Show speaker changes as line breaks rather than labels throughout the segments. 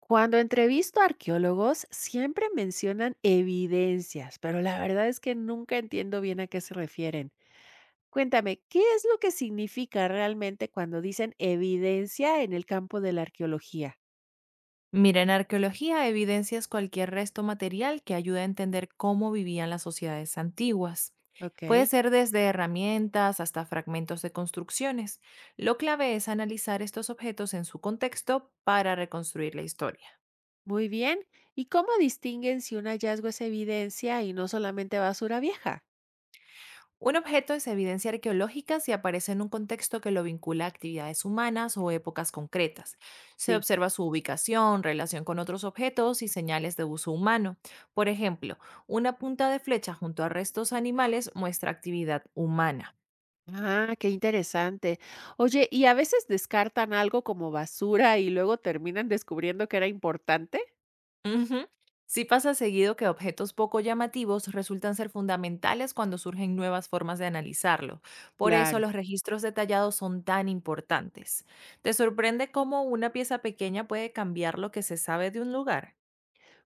Cuando entrevisto a arqueólogos, siempre mencionan evidencias, pero la verdad es que nunca entiendo bien a qué se refieren. Cuéntame, ¿qué es lo que significa realmente cuando dicen evidencia en el campo de la arqueología?
Mira, en arqueología evidencias cualquier resto material que ayude a entender cómo vivían las sociedades antiguas.
Ok,
Puede ser desde herramientas hasta fragmentos de construcciones. Lo clave es analizar estos objetos en su contexto para reconstruir la historia.
muy bien. ¿Y cómo distinguen si un hallazgo es evidencia y no solamente basura vieja?
Un objeto es evidencia arqueológica si aparece en un contexto que lo vincula a actividades humanas o épocas concretas. Se
Sí.
observa su ubicación, relación con otros objetos y señales de uso humano. Por ejemplo, una punta de flecha junto a restos animales muestra actividad humana.
Ah, qué interesante. Oye, ¿y a veces descartan algo como basura y luego terminan descubriendo que era importante?
Ujú. Sí pasa seguido que objetos poco llamativos resultan ser fundamentales cuando surgen nuevas formas de analizarlo. Por eso
Claro.
los registros detallados son tan importantes. ¿Te sorprende cómo una pieza pequeña puede cambiar lo que se sabe de un lugar?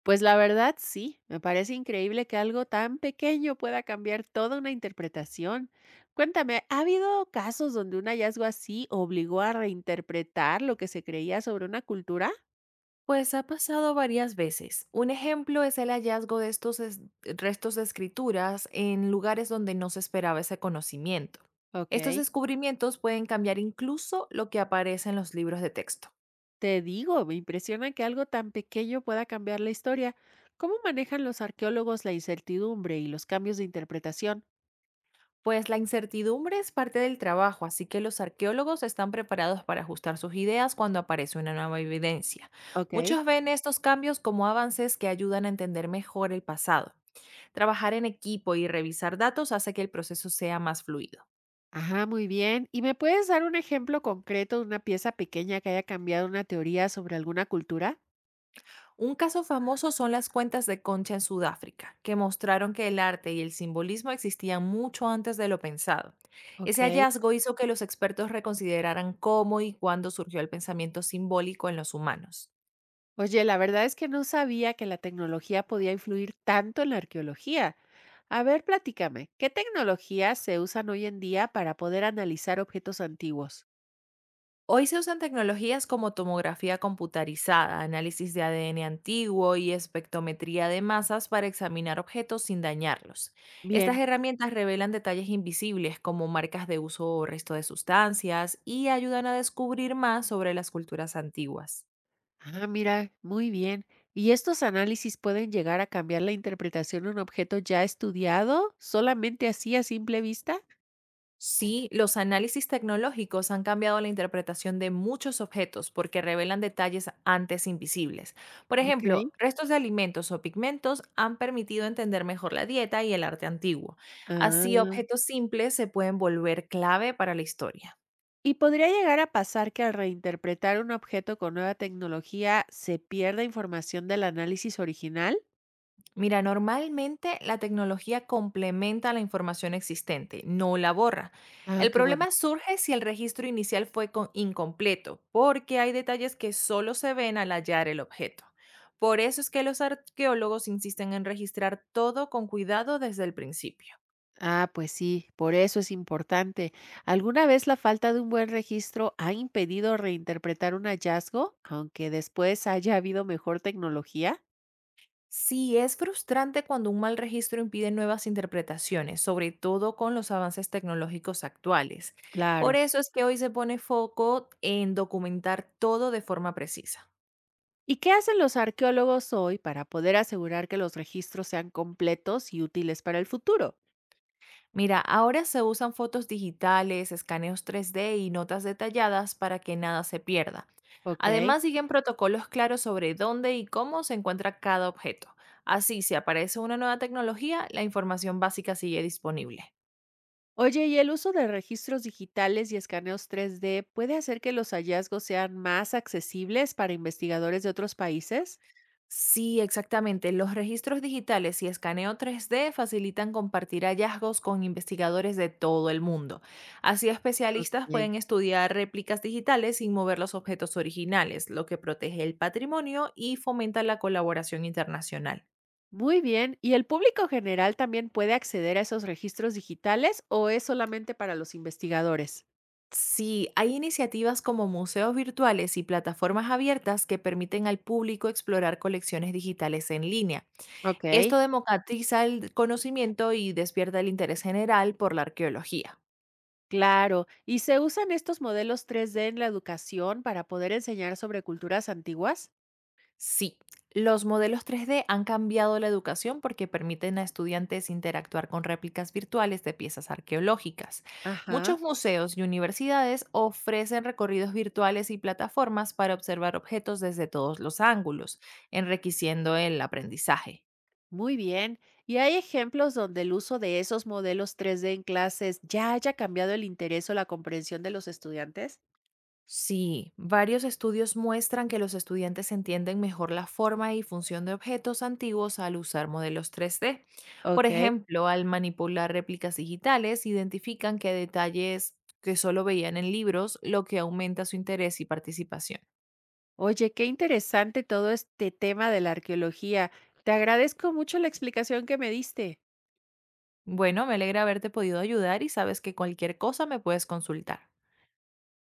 Pues la verdad sí, me parece increíble que algo tan pequeño pueda cambiar toda una interpretación. Cuéntame, ¿ha habido casos donde un hallazgo así obligó a reinterpretar lo que se creía sobre una cultura?
Pues ha pasado varias veces. Un ejemplo es el hallazgo de restos de escrituras en lugares donde no se esperaba ese conocimiento.
Ok,
Estos descubrimientos pueden cambiar incluso lo que aparece en los libros de texto.
te digo, me impresiona que algo tan pequeño pueda cambiar la historia. ¿Cómo manejan los arqueólogos la incertidumbre y los cambios de interpretación?
Pues la incertidumbre es parte del trabajo, así que los arqueólogos están preparados para ajustar sus ideas cuando aparece una nueva evidencia.
Ok.
Muchos ven estos cambios como avances que ayudan a entender mejor el pasado. Trabajar en equipo y revisar datos hace que el proceso sea más fluido.
Ajá, muy bien. ¿Y me puedes dar un ejemplo concreto de una pieza pequeña que haya cambiado una teoría sobre alguna cultura?
Un caso famoso son las cuentas de concha en Sudáfrica, que mostraron que el arte y el simbolismo existían mucho antes de lo pensado. Ese
Ok.
hallazgo hizo que los expertos reconsideraran cómo y cuándo surgió el pensamiento simbólico en los humanos.
Oye, la verdad es que no sabía que la tecnología podía influir tanto en la arqueología. A ver, platícame, ¿qué tecnologías se usan hoy en día para poder analizar objetos antiguos?
Hoy se usan tecnologías como tomografía computarizada, análisis de ADN antiguo y espectrometría de masas para examinar objetos sin dañarlos. Estas
Bien.
herramientas revelan detalles invisibles como marcas de uso o resto de sustancias y ayudan a descubrir más sobre las culturas antiguas.
Ah, mira, muy bien. ¿Y estos análisis pueden llegar a cambiar la interpretación de un objeto ya estudiado solamente así a simple vista?
Sí, los análisis tecnológicos han cambiado la interpretación de muchos objetos porque revelan detalles antes invisibles. Por
Ok.
ejemplo, restos de alimentos o pigmentos han permitido entender mejor la dieta y el arte antiguo. Así,
Ah,
objetos simples se pueden volver clave para la historia.
¿y podría llegar a pasar que al reinterpretar un objeto con nueva tecnología se pierda información del análisis original?
Mira, normalmente la tecnología complementa la información existente, no la borra.
Ah,
El
qué bueno.
problema surge si el registro inicial fue incompleto, porque hay detalles que solo se ven al hallar el objeto. Por eso es que los arqueólogos insisten en registrar todo con cuidado desde el principio.
Ah, pues sí, por eso es importante. ¿Alguna vez la falta de un buen registro ha impedido reinterpretar un hallazgo, aunque después haya habido mejor tecnología?
Sí, es frustrante cuando un mal registro impide nuevas interpretaciones, sobre todo con los avances tecnológicos actuales. Por
Claro.
eso es que hoy se pone foco en documentar todo de forma precisa.
¿Y qué hacen los arqueólogos hoy para poder asegurar que los registros sean completos y útiles para el futuro?
Mira, ahora se usan fotos digitales, escaneos 3D y notas detalladas para que nada se pierda.
Ok.
Además, siguen protocolos claros sobre dónde y cómo se encuentra cada objeto. Así, si aparece una nueva tecnología, la información básica sigue disponible.
Oye, ¿y el uso de registros digitales y escaneos 3D puede hacer que los hallazgos sean más accesibles para investigadores de otros países?
Sí, exactamente. Los registros digitales y escaneo 3D facilitan compartir hallazgos con investigadores de todo el mundo. Así, especialistas
Ok.
pueden estudiar réplicas digitales sin mover los objetos originales, lo que protege el patrimonio y fomenta la colaboración internacional.
Muy bien. ¿Y el público general también puede acceder a esos registros digitales o es solamente para los investigadores?
Sí, hay iniciativas como museos virtuales y plataformas abiertas que permiten al público explorar colecciones digitales en línea.
Ok.
Esto democratiza el conocimiento y despierta el interés general por la arqueología.
Claro. ¿Y se usan estos modelos 3D en la educación para poder enseñar sobre culturas antiguas?
Sí, los modelos 3D han cambiado la educación porque permiten a estudiantes interactuar con réplicas virtuales de piezas arqueológicas.
Ajá.
Muchos museos y universidades ofrecen recorridos virtuales y plataformas para observar objetos desde todos los ángulos, enriqueciendo el aprendizaje.
Muy bien. ¿Y hay ejemplos donde el uso de esos modelos 3D en clases ya haya cambiado el interés o la comprensión de los estudiantes?
Sí, varios estudios muestran que los estudiantes entienden mejor la forma y función de objetos antiguos al usar modelos 3D. Por
Ok.
ejemplo, al manipular réplicas digitales, identifican que detalles que solo veían en libros, lo que aumenta su interés y participación.
Oye, qué interesante todo este tema de la arqueología. Te agradezco mucho la explicación que me diste.
Bueno, me alegra haberte podido ayudar y sabes que cualquier cosa me puedes consultar.